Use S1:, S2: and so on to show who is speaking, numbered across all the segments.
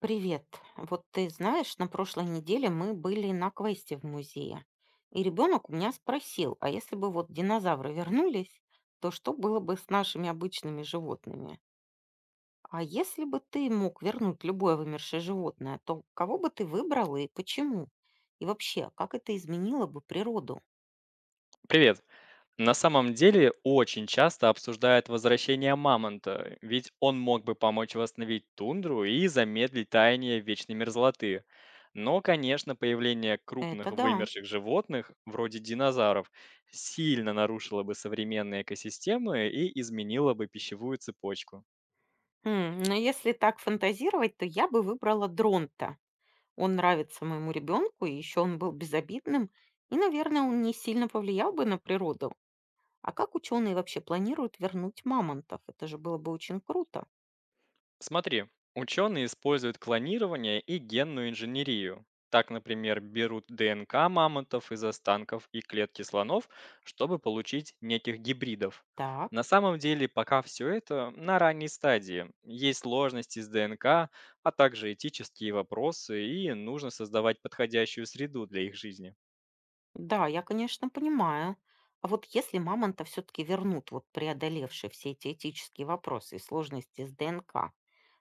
S1: Привет. Вот ты знаешь, на прошлой неделе мы были на квесте в музее. И ребенок у меня спросил, а если бы вот динозавры вернулись, то что было бы с нашими обычными животными? А если бы ты мог вернуть любое вымершее животное, то кого бы ты выбрал и почему? И вообще, как это изменило бы природу?
S2: Привет. На самом деле очень часто обсуждают возвращение мамонта, ведь он мог бы помочь восстановить тундру и замедлить таяние вечной мерзлоты. Но, конечно, появление крупных
S1: Это да.
S2: вымерших животных, вроде динозавров, сильно нарушило бы современные экосистемы и изменило бы пищевую цепочку.
S1: Но если так фантазировать, то я бы выбрала дронта. Он нравится моему ребенку, и еще он был безобидным, и, наверное, он не сильно повлиял бы на природу. А как ученые вообще планируют вернуть мамонтов? Это же было бы очень круто.
S2: Смотри, ученые используют клонирование и генную инженерию. Так, например, берут ДНК мамонтов из останков и клетки слонов, чтобы получить неких гибридов.
S1: Так,
S2: На самом деле, пока все это на ранней стадии. Есть сложности с ДНК, а также этические вопросы, и нужно создавать подходящую среду для их жизни.
S1: да, я, конечно, понимаю. А вот если мамонта все-таки вернут, вот преодолевший все эти этические вопросы и сложности с ДНК,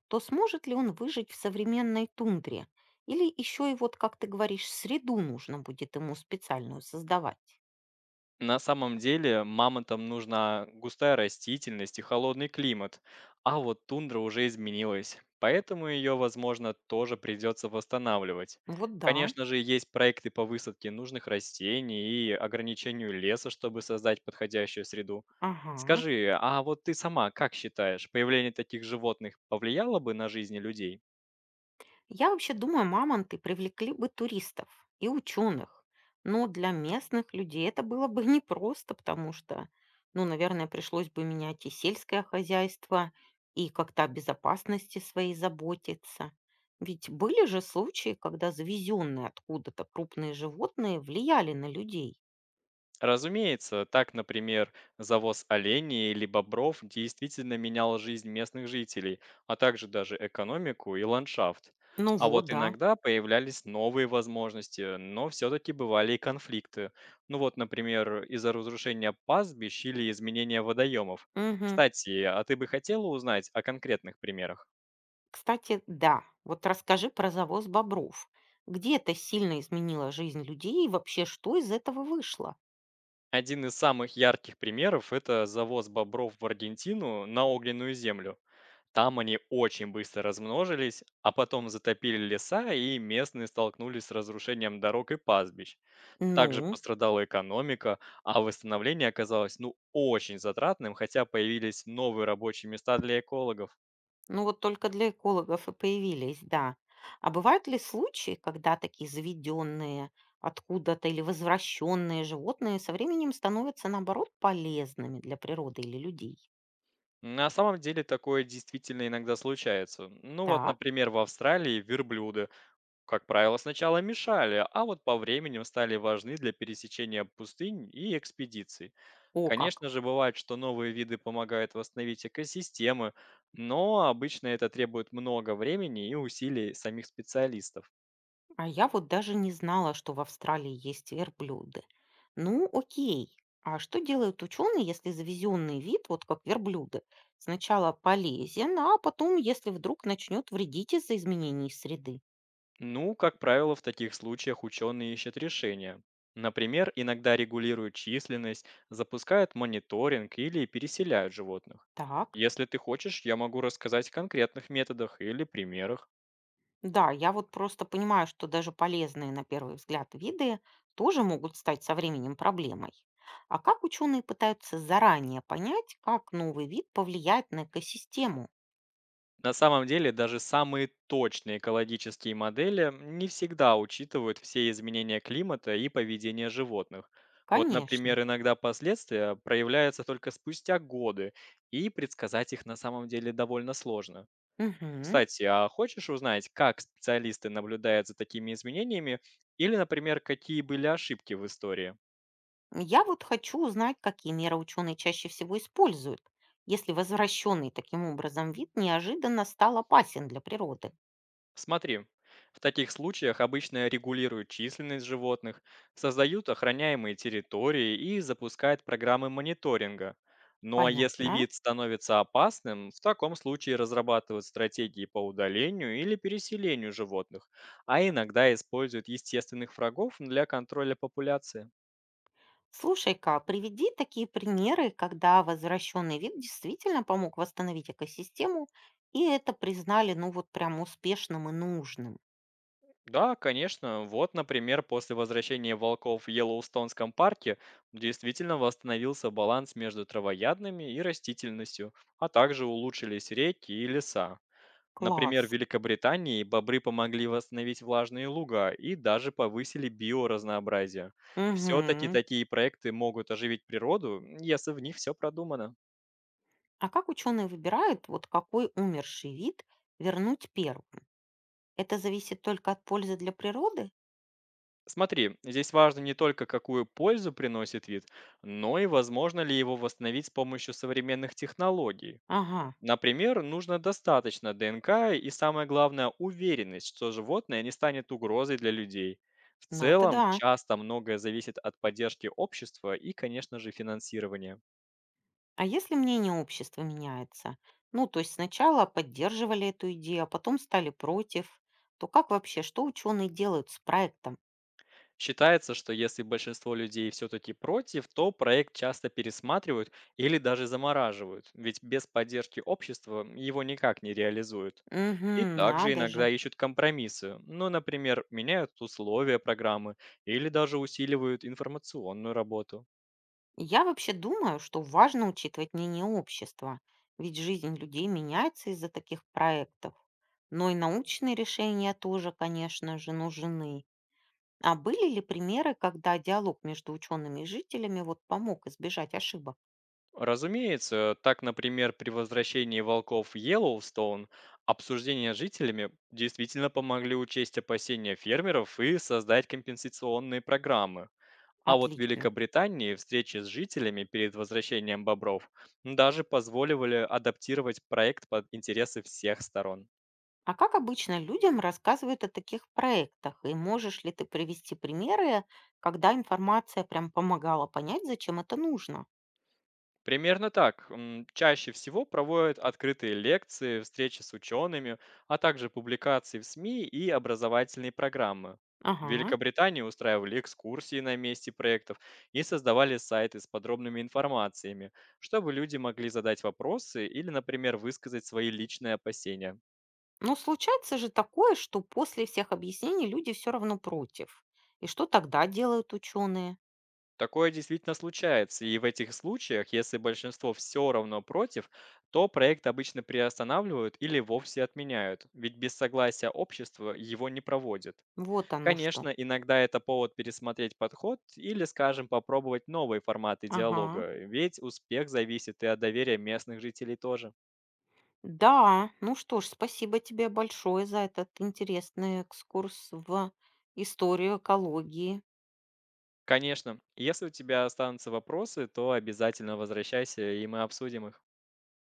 S1: то сможет ли он выжить в современной тундре? Или еще и вот, как ты говоришь, среду нужно будет ему специальную создавать?
S2: На самом деле мамонтам нужна густая растительность и холодный климат, а вот тундра уже изменилась, поэтому ее, возможно, тоже придется восстанавливать.
S1: Вот да,
S2: Конечно же, есть проекты по высадке нужных растений и ограничению леса, чтобы создать подходящую среду.
S1: ага.
S2: Скажи, а вот ты сама как считаешь, появление таких животных повлияло бы на жизни людей?
S1: Я вообще думаю, мамонты привлекли бы туристов и ученых, но для местных людей это было бы непросто, потому что, ну, наверное, пришлось бы менять и сельское хозяйство, и как-то о безопасности своей заботиться. Ведь были же случаи, когда завезенные откуда-то крупные животные влияли на людей.
S2: Разумеется, так, например, завоз оленей или бобров действительно менял жизнь местных жителей, а также даже экономику и ландшафт.
S1: Ну
S2: А
S1: вот,
S2: вот
S1: да.
S2: иногда появлялись новые возможности, но все-таки бывали и конфликты. Ну вот, например, из-за разрушения пастбищ или изменения водоемов.
S1: Мгм.
S2: Кстати, а ты бы хотела узнать о конкретных примерах?
S1: Кстати, да, вот расскажи про завоз бобров. Где это сильно изменило жизнь людей и вообще что из этого вышло?
S2: Один из самых ярких примеров– это завоз бобров в Аргентину на огненную землю. Там они очень быстро размножились, а потом затопили леса, и местные столкнулись с разрушением дорог и пастбищ. Также
S1: Ну,
S2: пострадала экономика, а восстановление оказалось ну очень затратным, хотя появились новые рабочие места для экологов.
S1: ну вот только для экологов и появились, да. А бывают ли случаи, когда такие заведенные откуда-то или возвращенные животные со временем становятся, наоборот, полезными для природы или людей?
S2: На самом деле такое действительно иногда случается. Ну вот,
S1: Так,
S2: например, в Австралии верблюды как правило, сначала мешали, а вот по временем стали важны для пересечения пустынь и экспедиций.
S1: о как.
S2: Конечно же, бывает, что новые виды помогают восстановить экосистемы, но обычно это требует много времени и усилий самих специалистов.
S1: А я вот даже не знала, что в Австралии есть верблюды. Ну, окей. А что делают ученые, если завезенный вид, вот как верблюды, сначала полезен, а потом, если вдруг начнет вредить из-за изменений среды?
S2: Ну, как правило, в таких случаях ученые ищут решения. Например, иногда регулируют численность, запускают мониторинг или переселяют животных.
S1: Так.
S2: Если ты хочешь, я могу рассказать о конкретных методах или примерах.
S1: Да, я вот просто понимаю, что даже полезные на первый взгляд виды тоже могут стать со временем проблемой. А как ученые пытаются заранее понять, как новый вид повлияет на экосистему?
S2: На самом деле, даже самые точные экологические модели не всегда учитывают все изменения климата и поведения животных. Вот,
S1: Конечно.
S2: например, иногда последствия проявляются только спустя годы, и предсказать их на самом деле довольно сложно.
S1: Мгм.
S2: Кстати, а хочешь узнать, как специалисты наблюдают за такими изменениями, или, например, какие были ошибки в истории?
S1: Я вот хочу узнать, какие меры ученые чаще всего используют, если возвращенный таким образом вид неожиданно стал опасен для природы.
S2: Смотри, в таких случаях обычно регулируют численность животных, создают охраняемые территории и запускают программы мониторинга. Ну а если
S1: Понятно.
S2: вид становится опасным, в таком случае разрабатывают стратегии по удалению или переселению животных, а иногда используют естественных врагов для контроля популяции.
S1: Слушай-ка, приведи такие примеры, когда возвращенный вид действительно помог восстановить экосистему, и это признали, ну вот прям успешным и нужным.
S2: Да, конечно. Вот, например, после возвращения волков в Йеллоустонском парке действительно восстановился баланс между травоядными и растительностью, а также улучшились реки и леса. Например, в
S1: Класс.
S2: Великобритании бобры помогли восстановить влажные луга и даже повысили биоразнообразие. Все-таки
S1: Мгм.
S2: такие проекты могут оживить природу, если в них все продумано.
S1: А как ученые выбирают, вот какой умерший вид вернуть первым? Это зависит только от пользы для природы?
S2: Смотри, здесь важно не только какую пользу приносит вид, но и возможно ли его восстановить с помощью современных технологий.
S1: Ага,
S2: Например, нужно достаточно ДНК и, самое главное, уверенность, что животное не станет угрозой для людей. В
S1: ну это
S2: целом,
S1: да.
S2: часто многое зависит от поддержки общества и, конечно же, финансирования.
S1: А если мнение общества меняется? Ну, то есть сначала поддерживали эту идею, а потом стали против, то как вообще, что ученые делают с проектом?
S2: Считается, что если большинство людей все-таки против, то проект часто пересматривают или даже замораживают, ведь без поддержки общества его никак не реализуют. И
S1: Мгм.
S2: также
S1: Надо
S2: иногда
S1: же.
S2: ищут компромиссы, ну, например, меняют условия программы или даже усиливают информационную работу.
S1: Я вообще думаю, что важно учитывать мнение общества, ведь жизнь людей меняется из-за таких проектов. Но и научные решения тоже, конечно же, нужны. А были ли примеры, когда диалог между учеными и жителями вот помог избежать ошибок?
S2: Разумеется, так, например, при возвращении волков в Йеллоустоун обсуждения с жителями действительно помогли учесть опасения фермеров и создать компенсационные программы. А вот в
S1: Отлично.
S2: Великобритании встречи с жителями перед возвращением бобров даже позволивали адаптировать проект под интересы всех сторон.
S1: А как обычно людям рассказывают о таких проектах? И можешь ли ты привести примеры, когда информация прям помогала понять, зачем это нужно?
S2: Примерно так. Чаще всего проводят открытые лекции, встречи с учеными, а также публикации в СМИ и образовательные программы. В
S1: Ага.
S2: Великобритании устраивали экскурсии на месте проектов и создавали сайты с подробными информациями, чтобы люди могли задать вопросы или, например, высказать свои личные опасения.
S1: Но случается же такое, что после всех объяснений люди все равно против. И что тогда делают ученые?
S2: Такое действительно случается, и в этих случаях, если большинство все равно против, то проект обычно приостанавливают или вовсе отменяют, ведь без согласия общества его не проводят.
S1: Вот оно что.
S2: Конечно, иногда это повод пересмотреть подход или, скажем, попробовать новые форматы
S1: Ага.
S2: диалога, ведь успех зависит и от доверия местных жителей тоже.
S1: Да, ну что ж, спасибо тебе большое за этот интересный экскурс в историю экологии.
S2: Конечно, если у тебя останутся вопросы, то обязательно возвращайся, и мы обсудим их.